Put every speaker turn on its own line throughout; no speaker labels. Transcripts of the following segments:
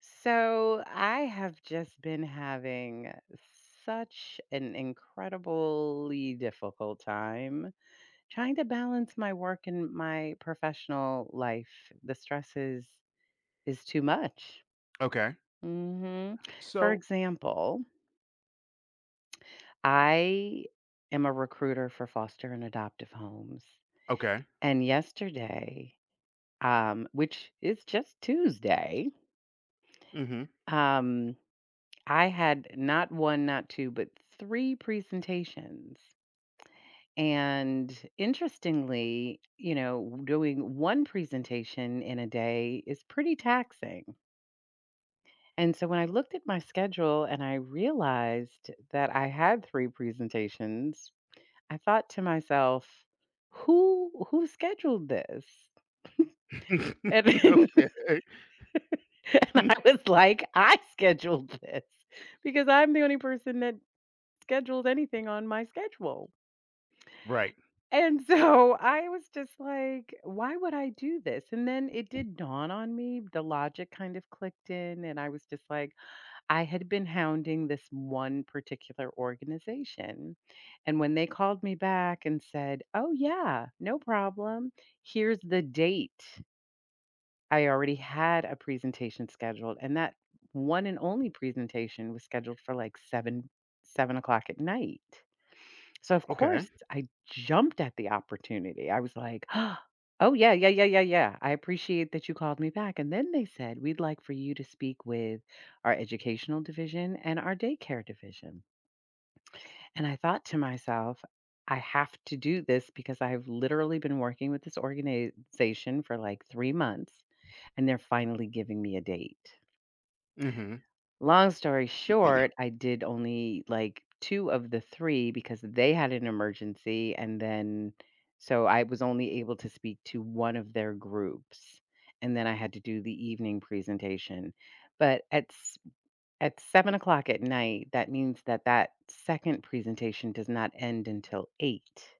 So I have just been having such an incredibly difficult time trying to balance my work and my professional life. The stress is too much.
Okay.
Hmm. For
So
example, I am a recruiter for foster and adoptive homes,
okay.
and yesterday, which is just Tuesday,
Mhm.
um, I had not 1, not 2, but 3 presentations, and interestingly, doing 1 presentation in a day is pretty taxing, and so when I looked at my schedule and I realized that I had 3 presentations, I thought to myself, "Who scheduled this?" And and
okay.
I was like, "I scheduled this because I'm the only person that scheduled anything on my schedule."
Right.
And so I was just like, why would I do this? And then it did dawn on me. The logic kind of clicked in. And I was just like, I had been hounding this one particular organization. And when they called me back and said, oh, yeah, no problem. Here's the date. I already had a presentation scheduled. And that one and only presentation was scheduled for like seven o'clock at night. So, of
Okay.
course, I jumped at the opportunity. I was like, "Oh, yeah, yeah, yeah, yeah, yeah. I appreciate that you called me back." And then they said, "We'd like for you to speak with our educational division and our daycare division." And I thought to myself, I have to do this because I've literally been working with this organization for like 3 months and they're finally giving me a date.
Mhm.
Long story short, I did only, like, 2 of the 3 because they had an emergency, and then so I was only able to speak to one of their groups, and then I had to do the evening presentation. But at 7 o'clock at night, that means that that 2nd presentation does not end until 8.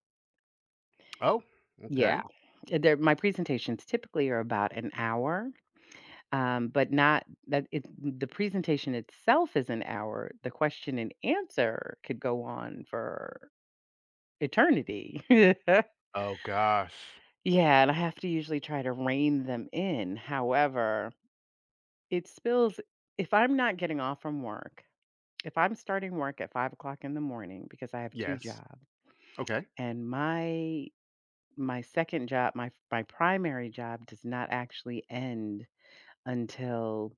Oh,
Yeah.
okay.
There my presentations typically are about an hour. But not that it the presentation itself is an hour. The question and answer could go on for eternity.
Oh gosh.
Yeah, and I have to usually try to rein them in. However, it spills if I'm not getting off from work, if I'm starting work at 5 o'clock in the morning because I have two
Yes.
jobs
Okay.
and my second job, my primary job does not actually end until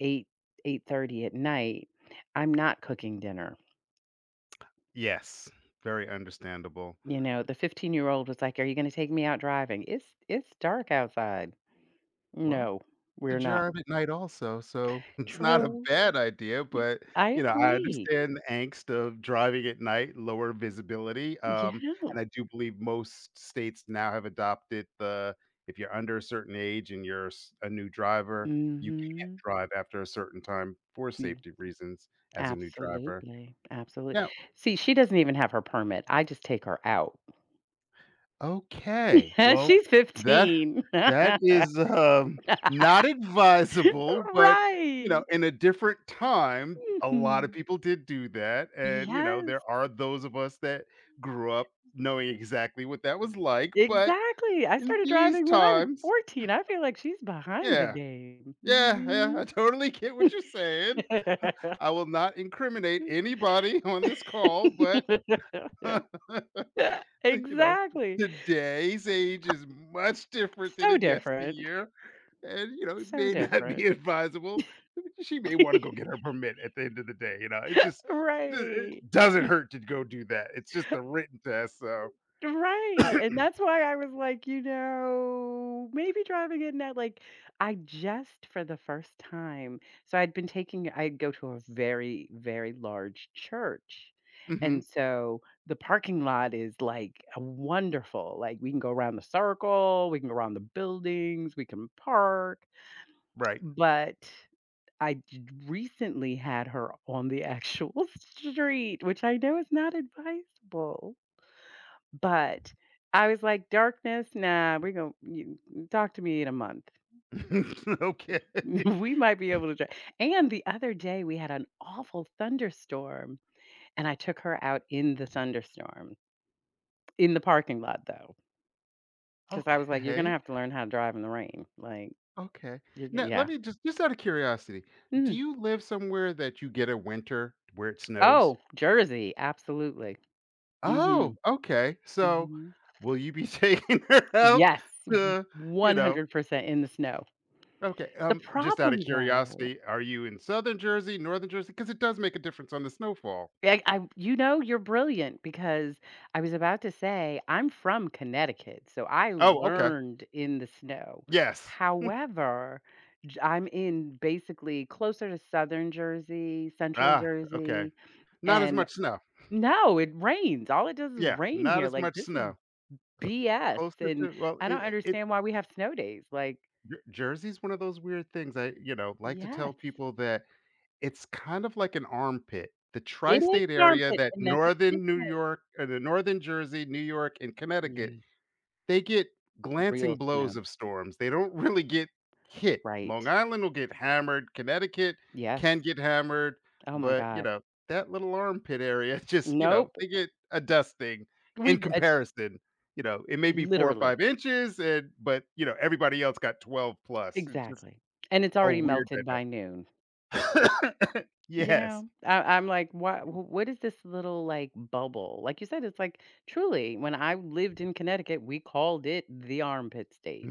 8, 8:30 at night, I'm not cooking dinner.
Yes, very understandable.
The 15-year-old was like, "Are you gonna take me out driving? "It's dark outside."
Well,
"No,
the
we're not."
jar of at night also, so it's not a
True.
bad idea, but,
I
I
agree.
understand the angst of driving at night, lower visibility,
Yeah.
and I do believe most states now have adopted the if you're under a certain age and you're s a new driver, you can't
Mhm.
drive after a certain time for
Mm.
safety reasons as a new driver.
Absolutely, absolutely.
Yeah.
See, she doesn't even have her permit. I just take her out.
Okay,
Yeah,
well,
she's
that
15.
that is, not advisable, but,
Right.
in a different time, a lot of
Mhm.
people did do that, and, there
Yes.
are those of us that grew up knowing exactly what that was like, but
Exactly. I
in
started
these
driving when I was
times.
14. I feel like she's behind the
Yeah,
game.
yeah, yeah,
Mhm.
I totally get what you're saying. I will not incriminate anybody on this call, but you know,
Exactly.
today's age is much different than
So
in
different.
yesteryear, and, it
So
may not be
different.
advisable. She may wanna go get her permit at the end of the day, it just I it
Right.
doesn't hurt to go do that. It's just a written test, so.
Right, and that's why I was like, maybe driving in that like, I just for the first time so I'd been taking I would go to a very, very large church, and
Mhm.
so the parking lot is, like, a wonderful like, we can go around the circle, we can go around the buildings, we can park,
Right.
but I j recently had her on the actual street, which I know is not advisable. But I was like, "Darkness? Nah, we're gonna talk to me in a month.
Okay.
We might be able to try." And the other day, we had an awful thunderstorm, and I took her out in the thunderstorm, in the parking lot, though, because I was like, "You're gonna
Okay.
have to learn how to drive in the rain." Like,
Okay.
you g
Now, let
yeah.
me just out of curiosity, do
Mm.
you live somewhere that you get a winter where it
Oh,
snows?
Jersey, absolutely.
Oh,
Mhm,
okay. So,
mhm.
will you be taking her out
Yes, w
to, you know
100% in the snow.
okay,
The
just out of
problem, though.
curiosity, are you in Southern Jersey, Northern Jersey? Because it does make a difference on the snowfall.
Yeah, I you're brilliant because I was about to say I'm from Connecticut, so I
Oh, okay.
learned in the snow.
Yes.
However, j I'm in basically closer to Southern Jersey, Central
Ah, okay.
Jersey,
Not as
and
much snow.
no, it rains. All it does is
Yeah,
rain
not
here.
as
Like,
much
this is
snow.
BS,
Closer
and
to well,
I don't
it
understand why we have snow days. Like,
Jersey's one of those weird things I, like to tell
yes,
people that it's kind of like an armpit. The
it is
tri-state
an
area
armpit,
that
and that's its
Northern New
nickname.
York or the Northern Jersey, New York, and Connecticut,
Yeah,
they get
real
glancing
snow.
blows of storms. They don't really get hit.
Right.
Long Island will get hammered. Connecticut can
Yes.
get hammered,
Oh my
but
god.
that little armpit area, just
Nope.
they get a dusting
We
in
d
comparison. You know, it may be four or
literally.
five inches, and but you know everybody else got 12 plus. It's just
Exactly. And it's
a
already
weird
melted by noon,
dynamic.
you
Yes.
know? I'm like, what is this little, like, bubble?" Like you said, it's like truly, when I lived in Connecticut, we called it the armpit state,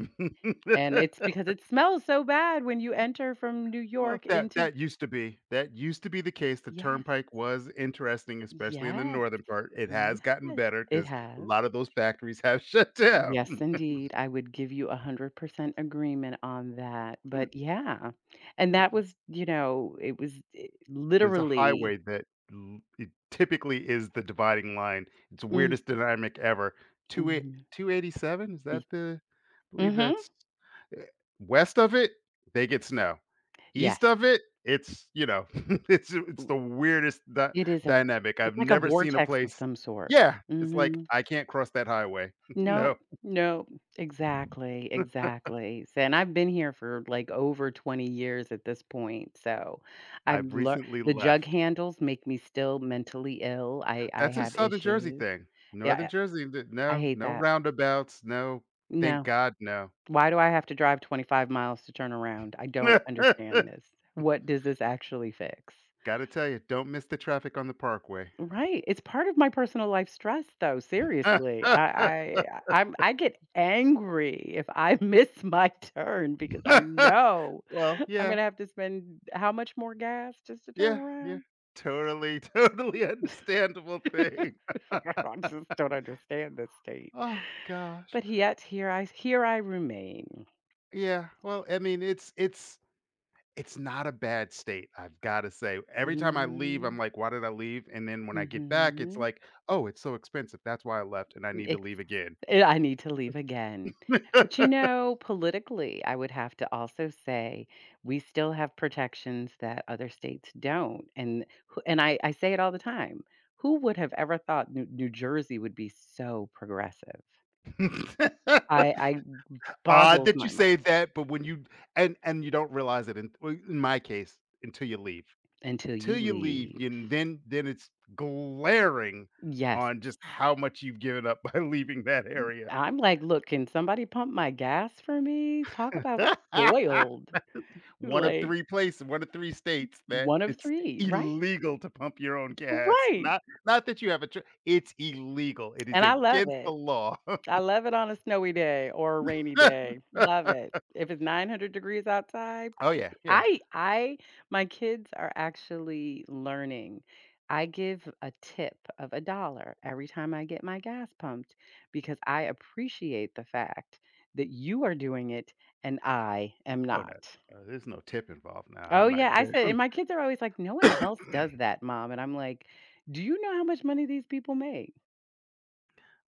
and it's because it smells so bad when you enter from New
Oh,
York
that
into.
that used to be that used to be the case. The
Yes.
turnpike was interesting, especially in the
Yes.
northern part. It has
Yes.
gotten better
It
because a
has.
lot of those factories have shut
Yes,
down.
indeed. I would give you 100% agreement on that. But yeah, and that was, it was I
There's a
literally.
highway that l it typically is the dividing line. It's the
Mm,
weirdest dynamic ever. Two eight
mhm,
two eighty seven, is that
mm
the I believe
mhm,
that's eh, west of it, they get snow. East
yes.
of it, it's, it's
W
the weirdest dy
It is a
dynamic.
it's
I've
like a
never seen a
vortex of
place.
some sort.
Yeah, it's like,
Mhm.
"I can't cross that highway."
No,
No,
nope. Exactly, exactly. S And I've been here for, like, over 20 years at this point, so I've
I've
learned
recently
the jug
left.
handles make me still mentally ill. I
That's a
have
Southern Jersey
issues.
thing. Northern
Yeah,
Jersey, th
I
no,
hate
no
that.
roundabouts, no, thank
No.
God, no.
Why do I have to drive 25 miles to turn around? I don't understand this. What does this actually fix?
Gotta tell you, don't miss the traffic on the parkway.
Right. It's part of my personal life stress though, seriously. I I I'm I get angry if I miss my turn because I know
Well,
I'm
yeah,
gonna have to spend how much more gas just to turn
yeah, yeah.
around?
Totally, totally understandable thing.
I just don't understand this state.
Oh gosh.
But yet here I remain.
Yeah, well, I mean, it's it's not a bad state, I've gotta say. Every time I leave, I'm
Mhm.
like, "Why did I leave?" And then when I get back, it's
Mhm.
like, "Oh, it's so expensive. That's why I left, and I need to
Ex
leave again."
I need to leave again. But, politically, I would have to also say we still have protections that other states don't, and who and I say it all the time, who would have ever thought New Jersey would be so progressive? I
Odd
boggles
that you
my mind
say that, but when you and you don't realize it in well, in my case, until you leave.
until
Till
you
you leave,
leave.
and then it's glaring
Yes.
on just how much you've given up by leaving that area.
I'm like, "Look, can somebody pump my gas for me?" Talk about spoiled.
One of
Like,
3 places, one of 3 states that
one of
it's
3, right?
illegal to pump your own gas.
Right,
Not that you have a choi it's illegal. It is
and I love
against the
it.
law.
I love it on a snowy day or a rainy day. Love it. If it's 900 degrees outside,
Oh, yeah, yeah.
I my kids are actually learning. I give a tip of a dollar every time I get my gas pumped because I appreciate the fact that you are doing it and I am
Oh, no,
not.
no, no, there's no tip involved. Now,
Oh
I'm not
yeah, I said and my kids are always like, "No one else does that, mom." And I'm like, "Do you know how much money these people make?"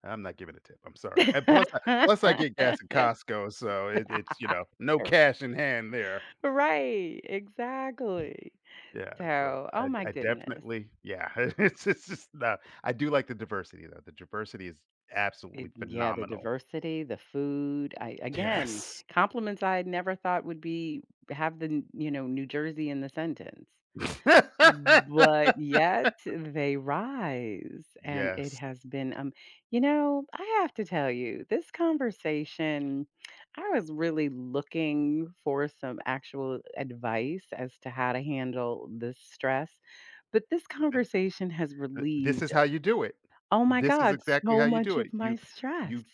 I'm not giving a tip, I'm sorry, and plus I plus I get gas at Costco, so it's, you know, no
Right.
cash in hand there.
Right, exactly.
Yeah, so
So, oh my
I
goodness.
definitely yeah, it's just no. I do like the diversity, though, the diversity is
It
absolutely
Yeah, the
phenomenal.
diversity, the food. I Again,
Yes.
compliments I had never thought would be have the, n- you know, New Jersey in the sentence. Mm. But yet they rise, and it
Yes,
has been, I have to tell you, this conversation, I was really looking for some actual advice as to how to handle this stress. But this
th
conversation has
th this
relieved,
is how you do it.
oh my
This is
God,
exactly
so
how you
much
do
of
it.
my
You
stress.
you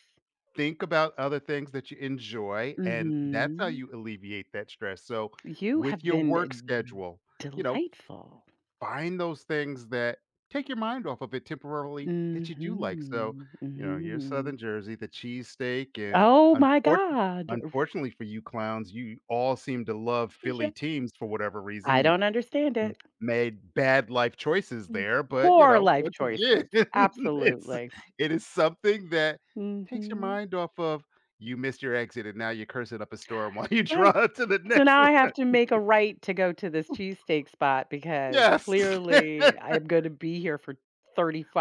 think about other things that you enjoy, and that's how
Hmm.
you alleviate that stress, so
You
with
have
your work
been
schedule, you know,
delightful.
find those things that take your mind off of it temporarily that you do like. So,
Hmm,
your
hmm.
Southern Jersey, the cheesesteak, and
Oh my
unfortunately,
god.
unfortunately for you clowns, you all seem to love
Yeah.
Philly teams for whatever
I
reason. You
don't understand it.
made bad life choices
Mm.
there, but you
Poor
know,
life
once again,
choices.
it's
Absolutely.
it is something that takes your
Mhm.
mind off of you missed your exit and now you're cursing up a storm while you
Right.
drive to the
So
next
now I have
one.
to make a right to go to this cheesesteak spot because
Yes.
clearly I am gonna be here for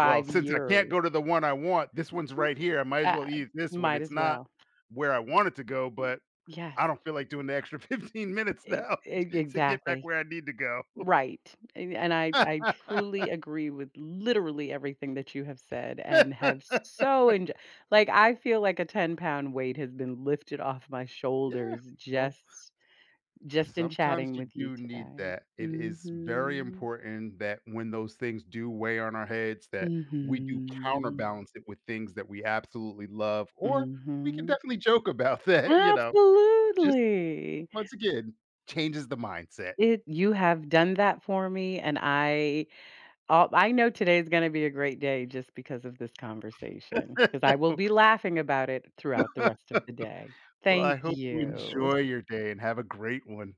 Well, since I can't go
years.
to the one I want, this one's right here. I might as
Uh,
well eat this one.
might
It's
as
not
well.
where I want it to go, but
Yes.
I don't feel like doing the extra 15 minutes
E
now
e
to get back
Exactly.
where I need to go.
Right, and I truly agree with literally everything that you have said and have so enjoyed. Like, I feel like a 10-pound weight has been lifted off my
Yeah,
shoulders
well,
just in
sometimes
chatting
you
with you
do need
today.
that. It is very
Mhm.
important that when those things do weigh on our heads, that we do
Mhm.
counterbalance it with things that we absolutely love, or we can
Mhm.
definitely joke about that, just
Absolutely.
once again, changes the mindset.
It You have done that for me, and I oh, I know today's gonna be a great day just because of this conversation. Because I will be laughing about it throughout the rest of the day.
Well, I
Thank
hope you
you.
enjoy your day and have a great one.